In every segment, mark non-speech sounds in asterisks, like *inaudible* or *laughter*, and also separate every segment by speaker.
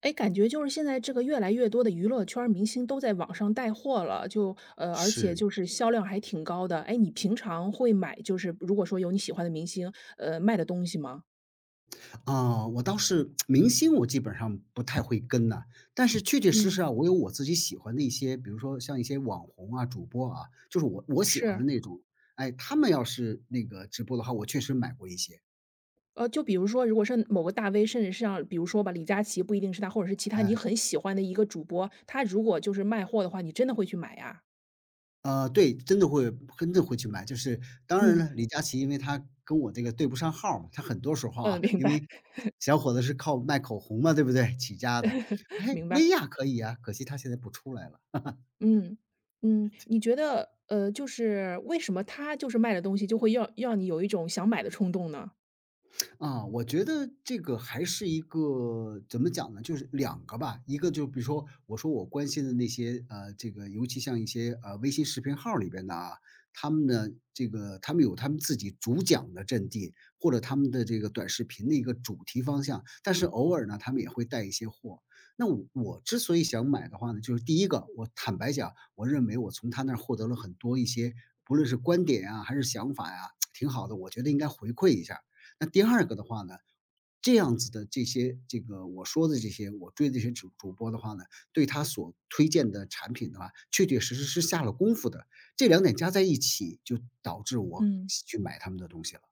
Speaker 1: 哎，感觉就是现在这个越来越多的娱乐圈儿明星都在网上带货了，就而且
Speaker 2: 是，
Speaker 1: 就是销量还挺高的。哎，你平常会买，就是如果说有你喜欢的明星，卖的东西吗？
Speaker 2: 啊，我倒是 *tsk* 明星我基本上不太会跟呐，但是确确实
Speaker 1: 嗯。
Speaker 2: 实啊，我有我自己喜欢的一些，比如说像一些网红啊、主播啊，就是我喜欢
Speaker 1: 是，
Speaker 2: 的那种，哎，他们要是那个直播的话，我确实买过一些，
Speaker 1: 就比如说，如果是某个大 V，甚至是像比如说吧，李佳琦不一定是他，或者是其他你
Speaker 2: 哎，
Speaker 1: 很喜欢的一个主播，他如果就是卖货的话，你真的会去买呀？
Speaker 2: 呃，对，真的会真的会去买，就是当然
Speaker 1: 嗯
Speaker 2: 了，李佳琦因为他跟我这个对不上号儿嘛，他很多时
Speaker 1: *laughs*
Speaker 2: 候
Speaker 1: 嗯，
Speaker 2: 啊，
Speaker 1: 明
Speaker 2: 因
Speaker 1: 白
Speaker 2: 为小伙子是靠卖口红嘛，对不对？起家的，
Speaker 1: *laughs*，
Speaker 2: 哎，
Speaker 1: 明
Speaker 2: 薇
Speaker 1: 白。
Speaker 2: 娅可以啊，可惜她现在不出来了。
Speaker 1: 嗯，嗯，你觉得，就是为什么他就是卖的东西就会要你有一种想买的冲动呢？
Speaker 2: 啊，我觉得这个还是一个怎么讲呢？就是两个吧，一个就比如说我说我关心的那些这个尤其像一些微信视频号里边的啊，他们呢这个他们有他们自己主讲的阵地，或者他们的这个短视频的一个主题方向，但是偶尔呢他们也会带一些货。那我之所以想买的话呢，就是第一个，我坦白讲，我认为我从他那儿获得了很多一些，不论是观点啊还是想法呀、挺好的，我觉得应该回馈一下。那第二个的话呢，这样子的这些这个我说的这些我追的这些主播的话呢，对他所推荐的产品的话，确确实实是下了功夫的。这两点加在一起，就导致我
Speaker 1: 嗯。
Speaker 2: 去买他们的东西了，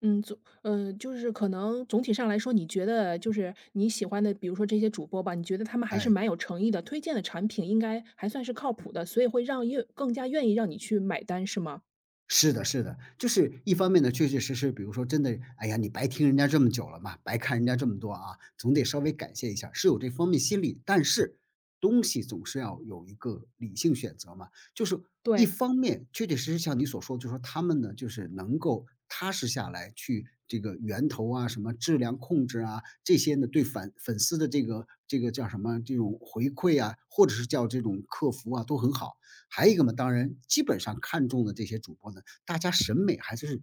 Speaker 1: 嗯，就是可能总体上来说，你觉得就是你喜欢的，比如说这些主播吧，你觉得他们还是
Speaker 2: 哎。
Speaker 1: 蛮有诚意的，推荐的产品应该还算是靠谱的，所以会让更加愿意让你去买单，是吗？
Speaker 2: 是的，是的，就是一方面呢，确确实实，比如说真的，哎呀，你白听人家这么久了嘛，白看人家这么多啊，总得稍微感谢一下，是有这方面心理。但是东西总是要有一个理性选择嘛，就是一
Speaker 1: 对。
Speaker 2: 方面确确实实像你所说，就是说他们呢，就是能够踏实下来去这个源头啊，什么质量控制啊，这些呢，对粉丝的这个这个叫什么这种回馈啊，或者是叫这种客服啊，都很好。还有一个嘛，当然基本上看中的这些主播呢，大家审美还是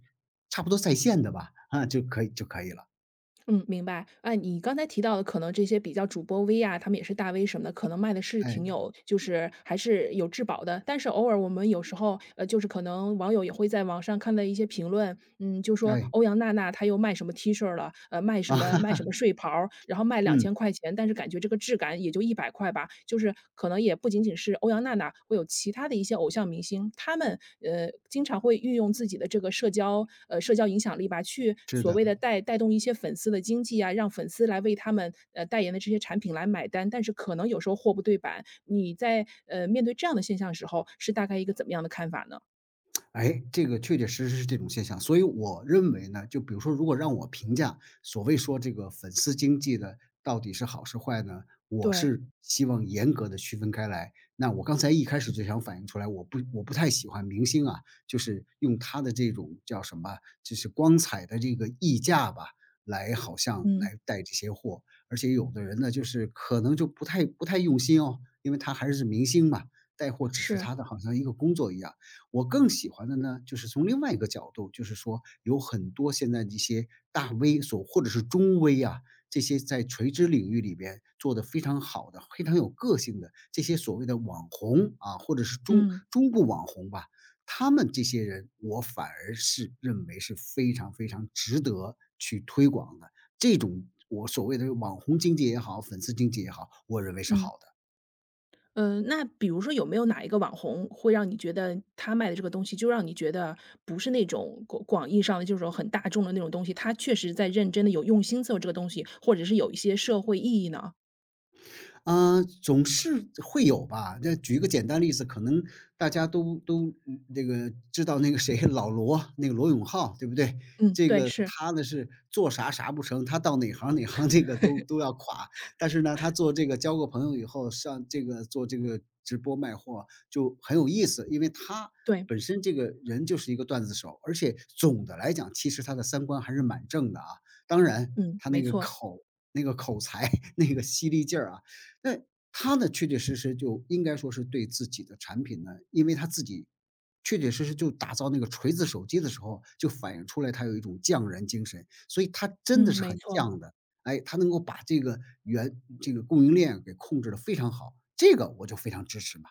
Speaker 2: 差不多在线的吧，啊，就可以就可以了。
Speaker 1: 嗯，明白。哎，你刚才提到的可能这些比较主播 V 啊，他们也是大 V 什么的，可能卖的是
Speaker 2: 哎，
Speaker 1: 挺有就是还是有质保的。但是偶尔我们有时候，就是可能网友也会在网上看到一些评论，嗯，就说
Speaker 2: 哎，
Speaker 1: 欧阳娜娜她又卖什么 T 恤了，卖什
Speaker 2: 啊，
Speaker 1: 么卖
Speaker 2: *laughs*
Speaker 1: 什么睡袍儿然后卖两
Speaker 2: 嗯，
Speaker 1: 千块钱，但是感觉这个质感也就100块吧。就是可能也不仅仅是欧阳娜娜，会有其他的一些偶像明星，他们，经常会运用自己的这个社交影响力吧，去
Speaker 2: 是
Speaker 1: 所
Speaker 2: 的。
Speaker 1: 谓的带动一些粉丝的经济啊，让粉丝来为他们，代言的这些产品来买单，但是可能有时候货不对版，你在，面对这样的现象的时候，是大概一个怎么样的看法呢？
Speaker 2: 哎，这个确确实实是这种现象。所以我认为呢，就比如说，如果让我评价所谓说这个粉丝经济的到底是好是坏呢，我
Speaker 1: 对，
Speaker 2: 是希望严格的区分开来。那我刚才一开始就想反映出来，我不太喜欢明星啊，就是用他的这种叫什么，就是光彩的这个溢价吧，来好像
Speaker 1: 嗯，
Speaker 2: 来带这些货。而且有的人呢，就是可能就不太用心哦，因为他还是明星嘛，带货只是
Speaker 1: 是，
Speaker 2: 他的好像一个工作一样。我更喜欢的呢，就是从另外一个角度，就是说有很多现在一些大 V 所或者是中 V 啊，这些在垂直领域里边做的非常好的、非常有个性的这些所谓的网红啊，或者是中
Speaker 1: 嗯，
Speaker 2: 中部网红吧，他们这些人，我反而是认为是非常非常值得去推广的。这种我所谓的网红经济也好，粉丝经济也好，我认为是
Speaker 1: 嗯。
Speaker 2: 好的。
Speaker 1: 嗯，那比如说有没有哪一个网红会让你觉得他卖的这个东西，就让你觉得不是那种广义上的就是说很大众的那种东西，他确实在认真的有用心做这个东西，或者是有一些社会意义呢？
Speaker 2: 嗯，总是会有吧。这举一个简单例子，可能大家都这个知道那个谁老罗，那个罗永浩，对不对？
Speaker 1: 嗯，
Speaker 2: 这
Speaker 1: 对，
Speaker 2: 个
Speaker 1: 是，
Speaker 2: 他呢是做啥啥不成，他到哪行哪行这个都要垮。但是呢，他做这个交个朋友以后，上这个做这个直播卖货就很有意思，因为他
Speaker 1: 对，
Speaker 2: 本身这个人就是一个段子手，而且总的来讲，其实他的三观还是蛮正的啊。当然，
Speaker 1: 嗯，
Speaker 2: 他
Speaker 1: 没
Speaker 2: 那个
Speaker 1: 错，
Speaker 2: 口那个口才 *laughs* 那个犀利劲儿啊，那他呢，确确实实就应该说是对自己的产品呢，因为他自己确确实实就打造那个锤子手机的时候，就反映出来他有一种匠人精神，所以他真
Speaker 1: 嗯，
Speaker 2: 的是
Speaker 1: 没
Speaker 2: 很
Speaker 1: 错，
Speaker 2: 匠的。哎，他能够把这个原这个供应链给控制的非常好，这个我就非常支持嘛，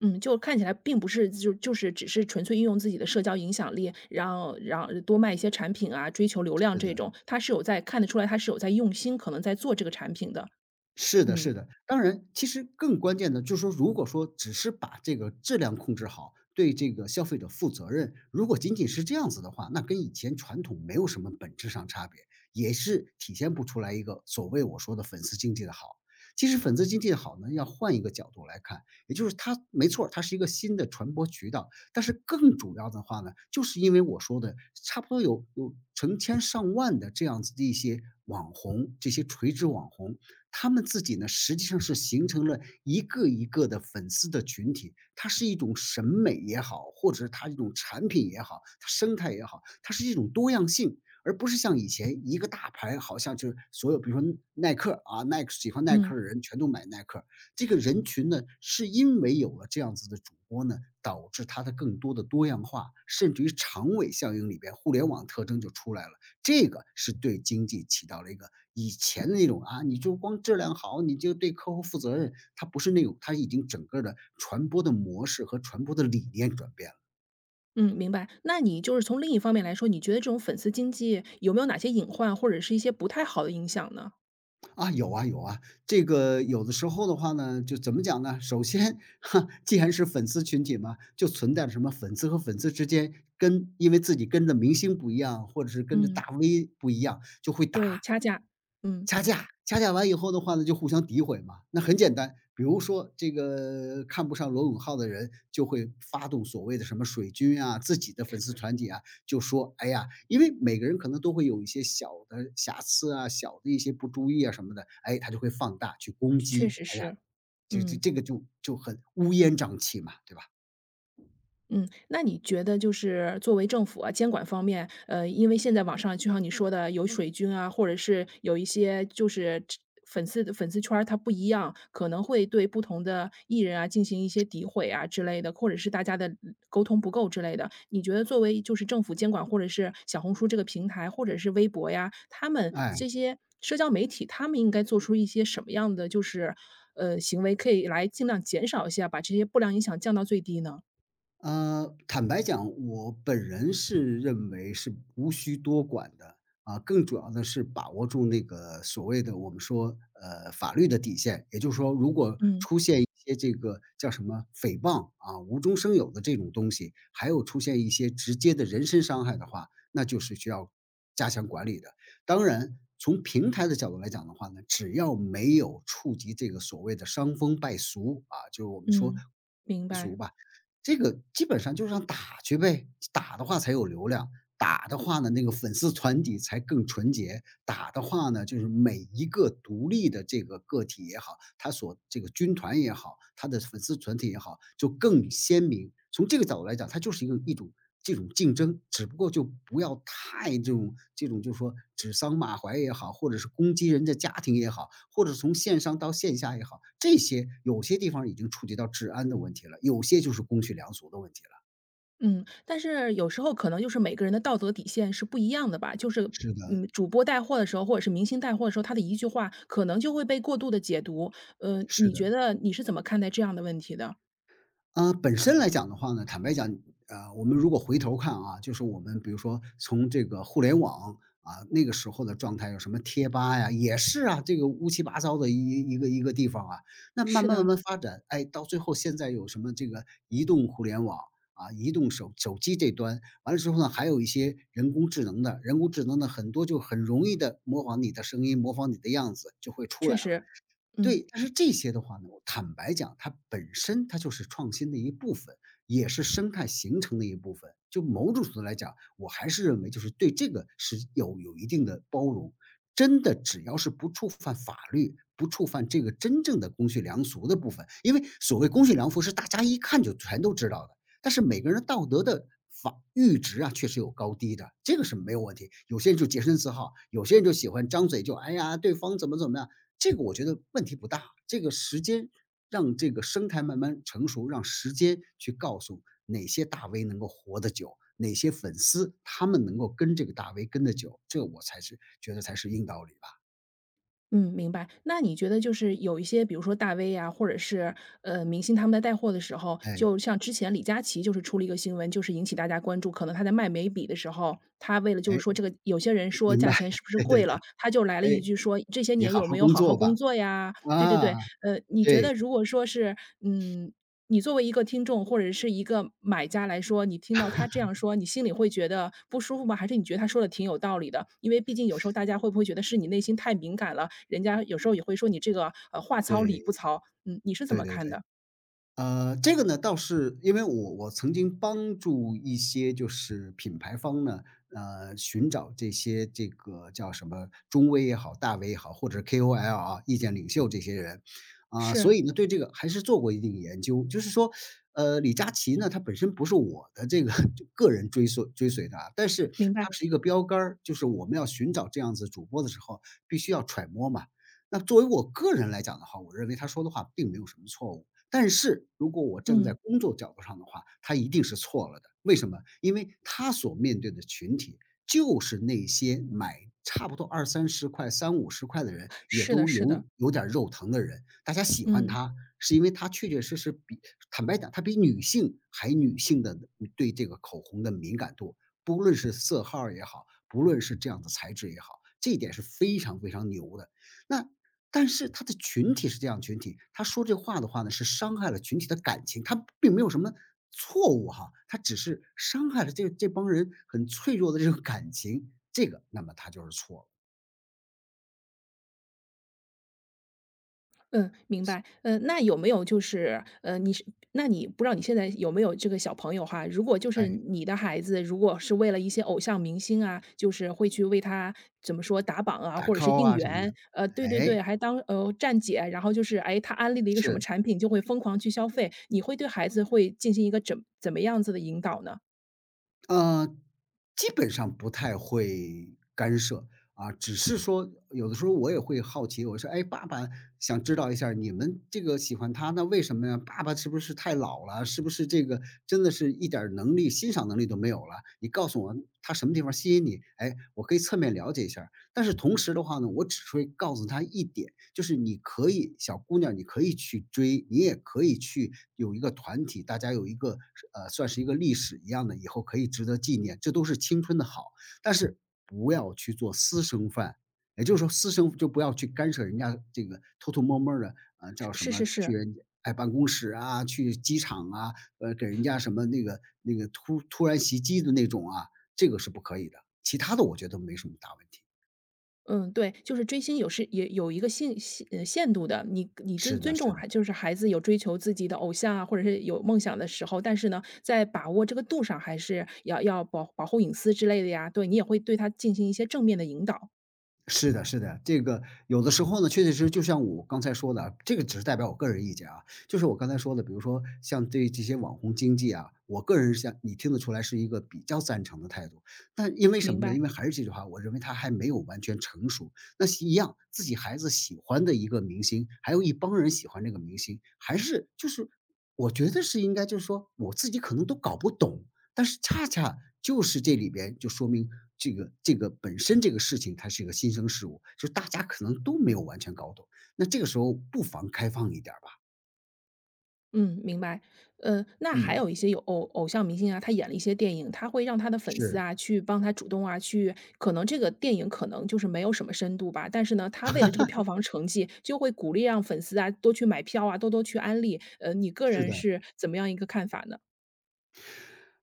Speaker 1: 嗯，就看起来并不是就只是纯粹运用自己的社交影响力，然后让多卖一些产品啊，追求流量
Speaker 2: 是
Speaker 1: 这
Speaker 2: 的。
Speaker 1: 种，他是有在看得出来，他是有在用心，可能在做这个产品的，
Speaker 2: 是的，
Speaker 1: 嗯
Speaker 2: 是的。当然，其实更关键的就是说，如果说只是把这个质量控制好，对这个消费者负责任，如果仅仅是这样子的话，那跟以前传统没有什么本质上差别，也是体现不出来一个所谓我说的粉丝经济的好。其实粉丝经济的好呢，要换一个角度来看，也就是它没错儿，它是一个新的传播渠道，但是更主要的话呢，就是因为我说的，差不多有成千上万的这样子的一些网红，这些垂直网红，他们自己呢，实际上是形成了一个一个的粉丝的群体。它是一种审美也好，或者是它一种产品也好，它生态也好，它是一种多样性，而不是像以前一个大牌，好像就是所有，比如说耐克啊，耐克喜欢耐
Speaker 1: 嗯。
Speaker 2: 克的人全都买耐克。这个人群呢，是因为有了这样子的主播呢，导致它的更多的多样化，甚至于长尾效应里边，互联网特征就出来了。这个是对经济起到了一个以前的那种啊，你就光质量好，你就对客户负责任，它不是那种，它已经整个的传播的模式和传播的理念转变了。
Speaker 1: 嗯，明白。那你就是从另一方面来说，你觉得这种粉丝经济有没有哪些隐患，或者是一些不太好的影响呢？
Speaker 2: 啊，有啊有啊，这个有的时候的话呢，就怎么讲呢？首先，*laughs* 哈，既然是粉丝群体嘛，就存在着什么粉丝和粉丝之间跟因为自己跟着明星不一样，或者是跟着
Speaker 1: 嗯，
Speaker 2: 大 V 不一样，就会打。
Speaker 1: 对，掐架，嗯，
Speaker 2: 掐架，掐架完以后的话呢，就互相诋毁嘛。那很简单，比如说这个看不上罗永浩的人，就会发动所谓的什么水军啊，自己的粉丝团体啊，就说：“哎呀，因为每个人可能都会有一些小的瑕疵啊，小的一些不注意啊什么的，哎，他就会放大去攻
Speaker 1: 确
Speaker 2: 击。
Speaker 1: 实
Speaker 2: 哎呀，
Speaker 1: 是，
Speaker 2: 这这
Speaker 1: 嗯。
Speaker 2: 这个就很乌烟瘴气嘛，对吧？
Speaker 1: 嗯，那你觉得就是作为政府啊，监管方面，因为现在网上就像你说的，有水军啊，或者是有一些就是这粉丝的粉丝圈儿它不一样，可能会对不同的艺人啊进行一些诋毁啊之类的，或者是大家的沟通不够之类的。你觉得作为就是政府监管，或者是小红书这个平台，或者是微博呀，他们
Speaker 2: 哎。
Speaker 1: 这些社交媒体，他们应该做出一些什么样的就是行为，可以来尽量减少一下，把这些不良影响降到最低呢？
Speaker 2: 呃，坦白讲，我本人是认为是无需多管的啊，更主要的是把握住那个所谓的我们说法律的底线，也就是说，如果
Speaker 1: 嗯。
Speaker 2: 出现一些这个叫什么诽谤啊、无中生有的这种东西，还有出现一些直接的人身伤害的话，那就是需要加强管理的。当然，从平台的角度来讲的话呢，只要没有触及这个所谓的伤风败俗啊，就是我们说。
Speaker 1: 嗯，明白。
Speaker 2: 俗吧。这个基本上就是让打去呗，打的话才有流量，打的话呢，那个粉丝团体才更纯洁，打的话呢，就是每一个独立的这个个体也好，他所这个军团也好，他的粉丝团体也好，就更鲜明。从这个角度来讲，它就是一个一种这种竞争，只不过就不要太这种就是说指桑骂槐也好，或者是攻击人家家庭也好，或者从线上到线下也好，这些有些地方已经触及到治安的问题了，有些就是公序良俗的问题了。
Speaker 1: 嗯，但是有时候可能就是每个人的道德底线是不一样的吧，就是
Speaker 2: 是的，
Speaker 1: 主播带货的时候，或者是明星带货的时候，他的一句话可能就会被过度的解读。
Speaker 2: 是
Speaker 1: 你觉
Speaker 2: 的。
Speaker 1: 得你是怎么看待这样的问题的？
Speaker 2: 本身来讲的话呢，坦白讲，我们如果回头看啊，就是我们比如说从这个互联网啊，那个时候的状态，有什么贴吧呀，也是啊，这个乌七八糟的一个一个地方啊。那慢
Speaker 1: 是
Speaker 2: 慢慢
Speaker 1: 的，
Speaker 2: 慢发展，哎，到最后现在有什么这个移动互联网啊，移动手机这端，完了之后呢，还有一些人工智能的很多就很容易的模仿你的声音，模仿你的样子就会出
Speaker 1: 确
Speaker 2: 来了。
Speaker 1: 实，嗯。
Speaker 2: 对，但是这些的话呢，我坦白讲，它本身它就是创新的一部分，也是生态形成的一部分。就某种程度来讲，我还是认为就是对这个是有一定的包容。真的只要是不触犯法律，不触犯这个真正的公序良俗的部分，因为所谓公序良俗是大家一看就全都知道的，但是每个人道德的法阈值啊，确实有高低的，这个是没有问题。有些人就洁身自好，有些人就喜欢张嘴就哎呀，对方怎么怎么样，这个我觉得问题不大，这个时间让这个生态慢慢成熟，让时间去告诉哪些大 V 能够活得久，哪些粉丝他们能够跟这个大 V 跟得久，这我才是觉得才是硬道理吧。
Speaker 1: 嗯，明白。那你觉得就是有一些，比如说大 V 啊，或者是明星，他们在带货的时候，
Speaker 2: 哎，
Speaker 1: 就像之前李佳琦就是出了一个新闻，就是引起大家关注。可能他在卖眉笔的时候，他为了就是
Speaker 2: 哎，
Speaker 1: 说这个，有些人说
Speaker 2: 明
Speaker 1: 价
Speaker 2: 白，
Speaker 1: 钱是
Speaker 2: *laughs*
Speaker 1: 不是
Speaker 2: 对对
Speaker 1: 贵了，
Speaker 2: 对，
Speaker 1: 他就来了
Speaker 2: 哎，
Speaker 1: 一句说这些
Speaker 2: 你
Speaker 1: 年
Speaker 2: 好
Speaker 1: 有没
Speaker 2: 好
Speaker 1: 有
Speaker 2: 工
Speaker 1: 好好
Speaker 2: 作
Speaker 1: 工
Speaker 2: 吧，
Speaker 1: 作呀？对对对，
Speaker 2: 啊，
Speaker 1: 你觉
Speaker 2: 对，
Speaker 1: 得如果说是嗯你作为一个听众或者是一个买家来说，你听到他这样说，你心里会觉得不舒服吗？还是你觉得他说的挺有道理的？因为毕竟有时候大家会不会觉得是你内心太敏感了，人家有时候也会说你这个，话糙
Speaker 2: 对，
Speaker 1: 理不糙。嗯，你是怎
Speaker 2: 对
Speaker 1: 么
Speaker 2: 对
Speaker 1: 看
Speaker 2: 对。
Speaker 1: 的？
Speaker 2: 这个呢倒是因为我曾经帮助一些就是品牌方呢，寻找这些这个叫什么中微也好，大 V 也好，或者 KOL 啊，意见领袖这些人，啊，
Speaker 1: 是，
Speaker 2: 所以呢对这个还是做过一定研究。就是说，李佳琦呢，他本身不是我的这个 *laughs* 就个人追随的啊，但是
Speaker 1: 明
Speaker 2: 他
Speaker 1: 白，
Speaker 2: 是一个标杆儿，就是我们要寻找这样子主播的时候，必须要揣摩嘛。那作为我个人来讲的话，我认为他说的话并没有什么错误。但是如果我站在
Speaker 1: 嗯，
Speaker 2: 工作角度上的话，他一定是错了的。为什么？因为他所面对的群体就是那些买差不多二三十块、三五十块的人，也
Speaker 1: 是的
Speaker 2: 都
Speaker 1: 是
Speaker 2: 有
Speaker 1: 的，
Speaker 2: 有点儿肉疼的人。大家喜欢
Speaker 1: 嗯。
Speaker 2: 他，是因为他确确实实比坦白讲，他比女性还女性的对这个口红的敏感度，不论是色号儿也好，不论是这样的材质也好，这一点是非常非常牛的。那但是他的群体是这样的群体，他说这话的话呢，是伤害了群体的感情，他并没有什么错误哈，他只是伤害了这帮人很脆弱的这种感情，这个那么他就是错了。
Speaker 1: 嗯，明白。那有没有就是，你是那你不知道你现在有没有这个小朋友哈？如果就是
Speaker 2: 哎，
Speaker 1: 你的孩子，如果是为了一些偶像明星啊，就是会去为他怎么说打榜啊，
Speaker 2: 打
Speaker 1: 或者是
Speaker 2: call
Speaker 1: 应
Speaker 2: 啊什么的，
Speaker 1: 援，对对
Speaker 2: 哎，
Speaker 1: 对，还当站姐，然后就是哎，他安利了一个什么
Speaker 2: 是。
Speaker 1: 产品，就会疯狂去消费。你会对孩子会进行一个怎么样子的引导呢？
Speaker 2: 呃，基本上不太会干涉，啊，只是说有的时候我也会好奇，我说：“哎，爸爸想知道一下儿你们这个喜欢他，那为什么呀？爸爸是不是太老了？是不是这个真的是一点儿能力、欣赏能力都没有了？你告诉我他什么地方吸引你，哎，我可以侧面了解一下儿但是同时的话呢，我只会告诉她一点，就是你可以小姑娘，你可以去追，你也可以去有一个团体，大家有一个算是一个历史一样的，以后可以值得纪念，这都是青春的好。但是不要去做私生饭，也就是说私生就不要去干涉人家这个偷偷摸摸的啊，
Speaker 1: 是
Speaker 2: 叫什
Speaker 1: 是
Speaker 2: 么
Speaker 1: 是
Speaker 2: 去
Speaker 1: 是，
Speaker 2: 人家哎办公室啊，去机场啊，给人家什么那个突然袭击的那种啊，这个是不可以的。其他的我觉得没什么大问题。
Speaker 1: 嗯，对，就是追星有是也有一个限度的，你尊
Speaker 2: 是的
Speaker 1: 尊重
Speaker 2: 是的，
Speaker 1: 孩就是孩子有追求自己的偶像啊，或者是有梦想的时候，但是呢，在把握这个度上，还是要保护隐私之类的呀。对你也会对他进行一些正面的引导，
Speaker 2: 是的是的，这个有的时候呢，确确实实就像我刚才说的啊，这个只是代表我个人意见啊，就是我刚才说的，比如说像对这些网红经济啊，我个人像你听得出来是一个比较赞成的态度，但因为什
Speaker 1: 明
Speaker 2: 么呢？
Speaker 1: 白？
Speaker 2: 因为还是这句话，我认为他还没有完全成熟。那是一样，自己孩子喜欢的一个明星，还有一帮人喜欢这个明星，还是就是我觉得是应该就是说我自己可能都搞不懂，但是恰恰就是这里边就说明这个本身这个事情它是一个新生事物，就大家可能都没有完全搞懂。那这个时候不妨开放一点儿吧，
Speaker 1: 嗯，明白。那还
Speaker 2: 嗯，
Speaker 1: 有一些有偶像明星啊，他演了一些电影，他会让他的粉丝
Speaker 2: 是，
Speaker 1: 啊，去帮他主动啊，去可能这个电影可能就是没有什么深度吧，但是呢，他为了这个票房成绩，就会鼓励让粉丝啊，多去买票啊，多多去安利。你个
Speaker 2: 是
Speaker 1: 人
Speaker 2: 的。
Speaker 1: 是怎么样一个看法呢？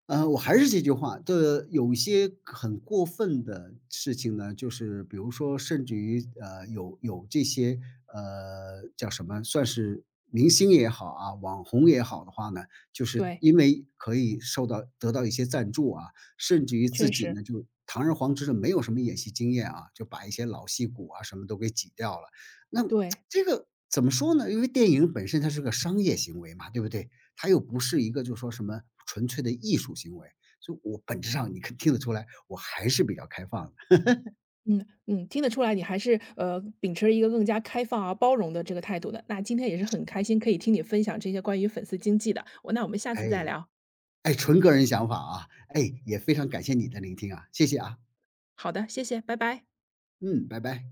Speaker 2: 我还是这句话，这有一些很过分的事情呢，就是比如说，甚至于有这些叫什么，算是明星也好啊，网红也好的话呢，就是
Speaker 1: 对，
Speaker 2: 因为可以受到得到一些赞助啊，甚至于自
Speaker 1: 确
Speaker 2: 己
Speaker 1: 实，
Speaker 2: 呢就堂而皇之的没有什么演戏经验啊，就把一些老戏骨啊什么都给挤掉了。那
Speaker 1: 对，
Speaker 2: 这个怎么说呢？因为电影本身它是个商业行为嘛，对不对？它又不是一个就说什么纯粹的艺术行为，所以我本质上你可听得出来，我还是比较开放的。
Speaker 1: 嗯嗯，听得出来你还是秉持一个更加开放啊、包容的这个态度的。那今天也是很开心可以听你分享这些关于粉丝经济的，那我们下次再
Speaker 2: 哎，
Speaker 1: 聊。
Speaker 2: 哎，纯个人想法啊，哎，也非常感谢你的聆听啊，谢谢啊，
Speaker 1: 好的，谢谢，拜拜。
Speaker 2: 嗯，拜拜。